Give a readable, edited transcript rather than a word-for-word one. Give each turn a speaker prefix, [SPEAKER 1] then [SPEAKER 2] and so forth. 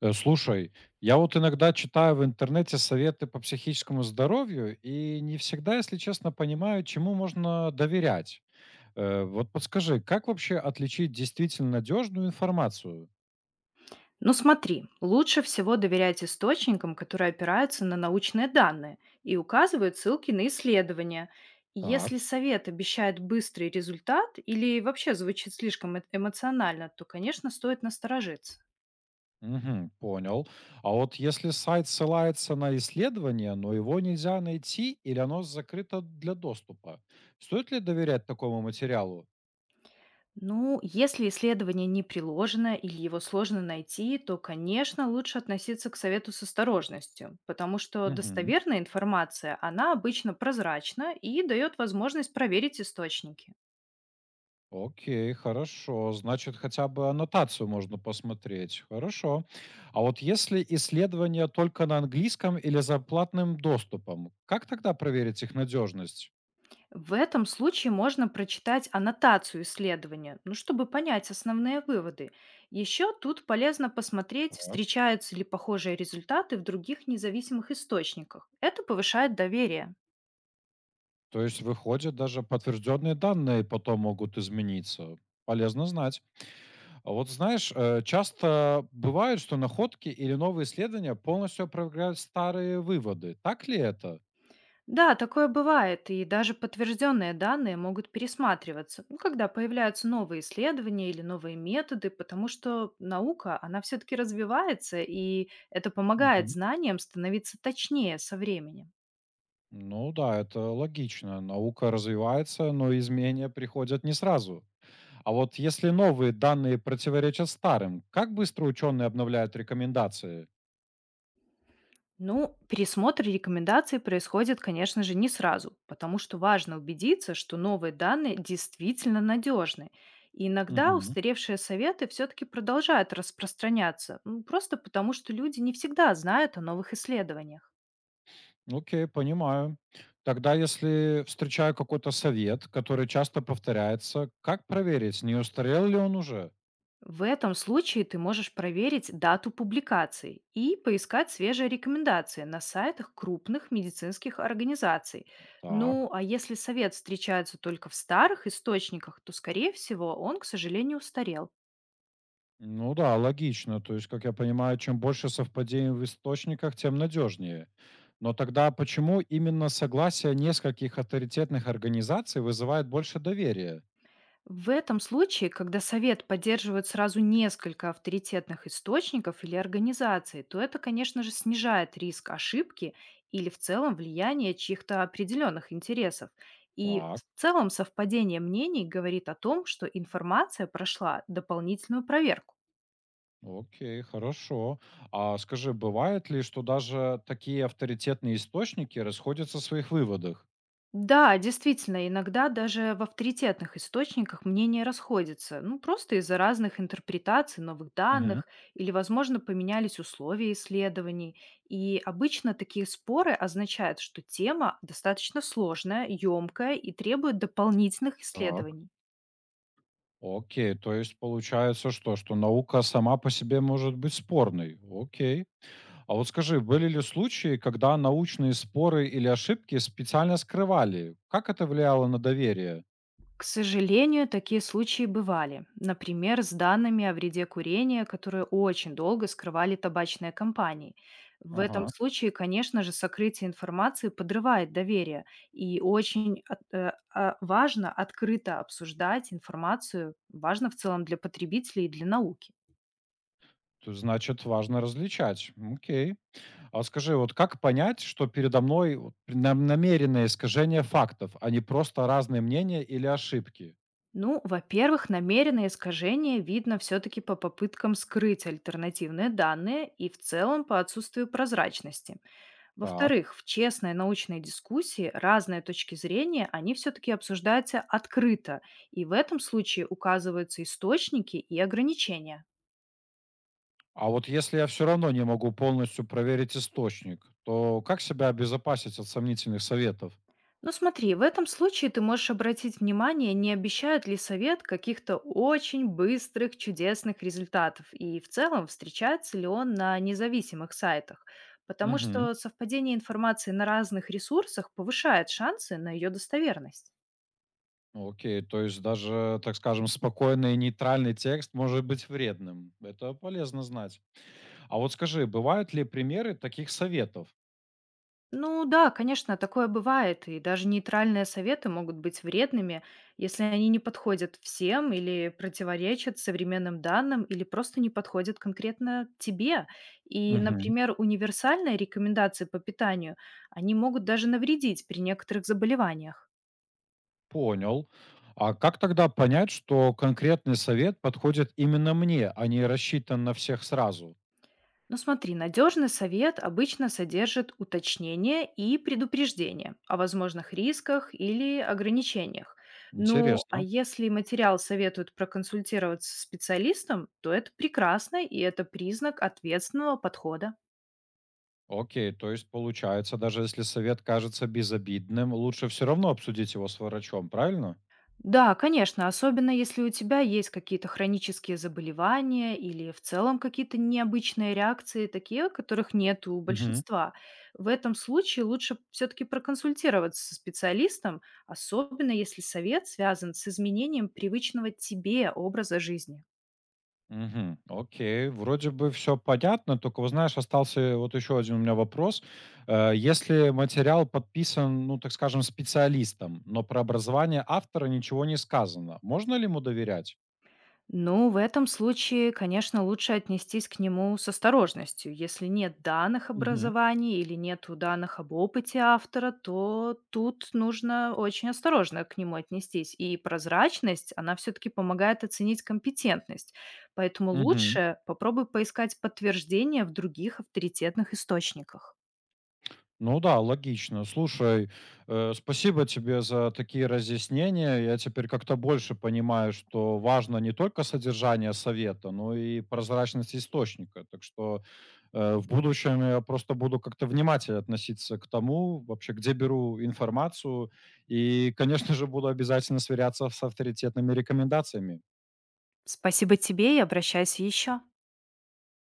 [SPEAKER 1] Слушай, я вот иногда читаю в интернете советы по психическому здоровью и не всегда, если честно, понимаю, чему можно доверять. Вот подскажи, как вообще отличить действительно надежную информацию?
[SPEAKER 2] Ну смотри, лучше всего доверять источникам, которые опираются на научные данные и указывают ссылки на исследования.
[SPEAKER 1] Так,
[SPEAKER 2] Если совет обещает быстрый результат или вообще звучит слишком эмоционально, то, конечно, стоит насторожиться.
[SPEAKER 1] мгм, понял. А вот если сайт ссылается на исследование, но его нельзя найти или оно закрыто для доступа, стоит ли доверять такому материалу?
[SPEAKER 2] Ну, если исследование не приложено или его сложно найти, то, конечно, лучше относиться к совету с осторожностью, потому что достоверная информация, она обычно прозрачна и дает возможность проверить источники.
[SPEAKER 1] Окей, хорошо. Значит, хотя бы аннотацию можно посмотреть. Хорошо. А вот если исследования только на английском или за платным доступом, как тогда проверить их надежность?
[SPEAKER 2] В этом случае можно прочитать аннотацию исследования, ну, чтобы понять основные выводы. Еще тут полезно посмотреть,
[SPEAKER 1] Так.
[SPEAKER 2] встречаются ли похожие результаты в других независимых источниках. Это повышает доверие.
[SPEAKER 1] То есть, выходит, даже подтвержденные данные потом могут измениться. Полезно знать. А вот знаешь, часто бывает, что находки или новые исследования полностью опровергают старые выводы. Так ли это?
[SPEAKER 2] Да, такое бывает, и даже подтвержденные данные могут пересматриваться, ну, когда появляются новые исследования или новые методы, потому что наука, она все-таки развивается, и это помогает знаниям становиться точнее со временем.
[SPEAKER 1] Ну да, это логично. Наука развивается, но изменения приходят не сразу. А вот если новые данные противоречат старым, как быстро ученые обновляют рекомендации?
[SPEAKER 2] Ну, пересмотр рекомендаций происходит, конечно же, не сразу, потому что важно убедиться, что новые данные действительно надежны. И иногда
[SPEAKER 1] Мгм.
[SPEAKER 2] устаревшие советы все-таки продолжают распространяться, ну, просто потому что люди не всегда знают о новых исследованиях.
[SPEAKER 1] Окей, понимаю. Тогда если встречаю какой-то совет, который часто повторяется, как проверить, не устарел ли он уже?
[SPEAKER 2] В этом случае ты можешь проверить дату публикации и поискать свежие рекомендации на сайтах крупных медицинских организаций.
[SPEAKER 1] Так.
[SPEAKER 2] Ну, а если совет встречается только в старых источниках, то, скорее всего, он, к сожалению, устарел.
[SPEAKER 1] Ну да, логично. То есть, как я понимаю, чем больше совпадений в источниках, тем надежнее. Но тогда почему именно согласие нескольких авторитетных организаций вызывает больше доверия?
[SPEAKER 2] В этом случае, когда совет поддерживает сразу несколько авторитетных источников или организаций, то это, конечно же, снижает риск ошибки или в целом влияние чьих-то определенных интересов. И
[SPEAKER 1] Так,
[SPEAKER 2] в целом совпадение мнений говорит о том, что информация прошла дополнительную проверку.
[SPEAKER 1] окей, хорошо. А скажи, бывает ли, что даже такие авторитетные источники расходятся в своих выводах?
[SPEAKER 2] Да, действительно, иногда даже в авторитетных источниках мнения расходятся, ну просто из-за разных интерпретаций новых
[SPEAKER 1] Мгм.
[SPEAKER 2] данных или, возможно, поменялись условия исследований. И обычно такие споры означают, что тема достаточно сложная, емкая и требует дополнительных
[SPEAKER 1] Так,
[SPEAKER 2] исследований.
[SPEAKER 1] окей. То есть получается что? Что наука сама по себе может быть спорной. Окей. А вот скажи, были ли случаи, когда научные споры или ошибки специально скрывали? Как это влияло на доверие?
[SPEAKER 2] К сожалению, такие случаи бывали. Например, с данными о вреде курения, которые очень долго скрывали табачные компании. В этом
[SPEAKER 1] Ага.
[SPEAKER 2] случае, конечно же, сокрытие информации подрывает доверие, и очень важно открыто обсуждать информацию, важно в целом для потребителей и для науки.
[SPEAKER 1] То есть, значит, важно различать. М, окей. А вот скажи, вот как понять, что передо мной намеренное искажение фактов, а не просто разные мнения или ошибки?
[SPEAKER 2] Ну, во-первых, намеренное искажение видно все-таки по попыткам скрыть альтернативные данные и в целом по отсутствию прозрачности.
[SPEAKER 1] Так.
[SPEAKER 2] Во-вторых, в честной научной дискуссии разные точки зрения, они все-таки обсуждаются открыто, и в этом случае указываются источники и ограничения.
[SPEAKER 1] А вот если я все равно не могу полностью проверить источник, то как себя обезопасить от сомнительных советов?
[SPEAKER 2] Но смотри, в этом случае ты можешь обратить внимание, не обещает ли совет каких-то очень быстрых, чудесных результатов, и в целом встречается ли он на независимых сайтах, потому
[SPEAKER 1] Угу.
[SPEAKER 2] что совпадение информации на разных ресурсах повышает шансы на ее достоверность.
[SPEAKER 1] Ну, окей, то есть даже, так скажем, спокойный и нейтральный текст может быть вредным. Это полезно знать. А вот скажи, бывают ли примеры таких советов?
[SPEAKER 2] Ну да, конечно, такое бывает, и даже нейтральные советы могут быть вредными, если они не подходят всем или противоречат современным данным, или просто не подходят конкретно тебе. И,
[SPEAKER 1] Мгм.
[SPEAKER 2] например, универсальные рекомендации по питанию, они могут даже навредить при некоторых заболеваниях.
[SPEAKER 1] Понял. А как тогда понять, что конкретный совет подходит именно мне, а не рассчитан на всех сразу?
[SPEAKER 2] Ну смотри, надежный совет обычно содержит уточнение и предупреждение о возможных рисках или ограничениях. Ну, а
[SPEAKER 1] Интересно.
[SPEAKER 2] если материал советует проконсультироваться с специалистом, то это прекрасно, и это признак ответственного подхода.
[SPEAKER 1] Окей, то есть получается, даже если совет кажется безобидным, лучше все равно обсудить его с врачом, правильно?
[SPEAKER 2] Да, конечно, особенно если у тебя есть какие-то хронические заболевания или в целом какие-то необычные реакции, такие, которых нет у
[SPEAKER 1] Мгм.
[SPEAKER 2] большинства. В этом случае лучше все-таки проконсультироваться со специалистом, особенно если совет связан с изменением привычного тебе образа жизни.
[SPEAKER 1] Мгм. Окей, вроде бы все понятно, только вот знаешь, остался вот еще один у меня вопрос. Если материал подписан, ну, так скажем, специалистом, но про образование автора ничего не сказано, можно ли ему доверять?
[SPEAKER 2] Ну, в этом случае, конечно, лучше отнестись к нему с осторожностью. Если нет данных
[SPEAKER 1] Мгм.
[SPEAKER 2] образования или нет данных об опыте автора, то тут нужно очень осторожно к нему отнестись. И прозрачность, она все-таки помогает оценить компетентность. Поэтому
[SPEAKER 1] Мгм.
[SPEAKER 2] лучше попробуй поискать подтверждение в других авторитетных источниках.
[SPEAKER 1] Ну да, логично. Слушай, спасибо тебе за такие разъяснения. Я теперь как-то больше понимаю, что важно не только содержание совета, но и прозрачность источника. Так что в будущем я просто буду как-то внимательно относиться к тому, вообще, где беру информацию. И, конечно же, буду обязательно сверяться с авторитетными рекомендациями.
[SPEAKER 2] Спасибо тебе и обращайся еще.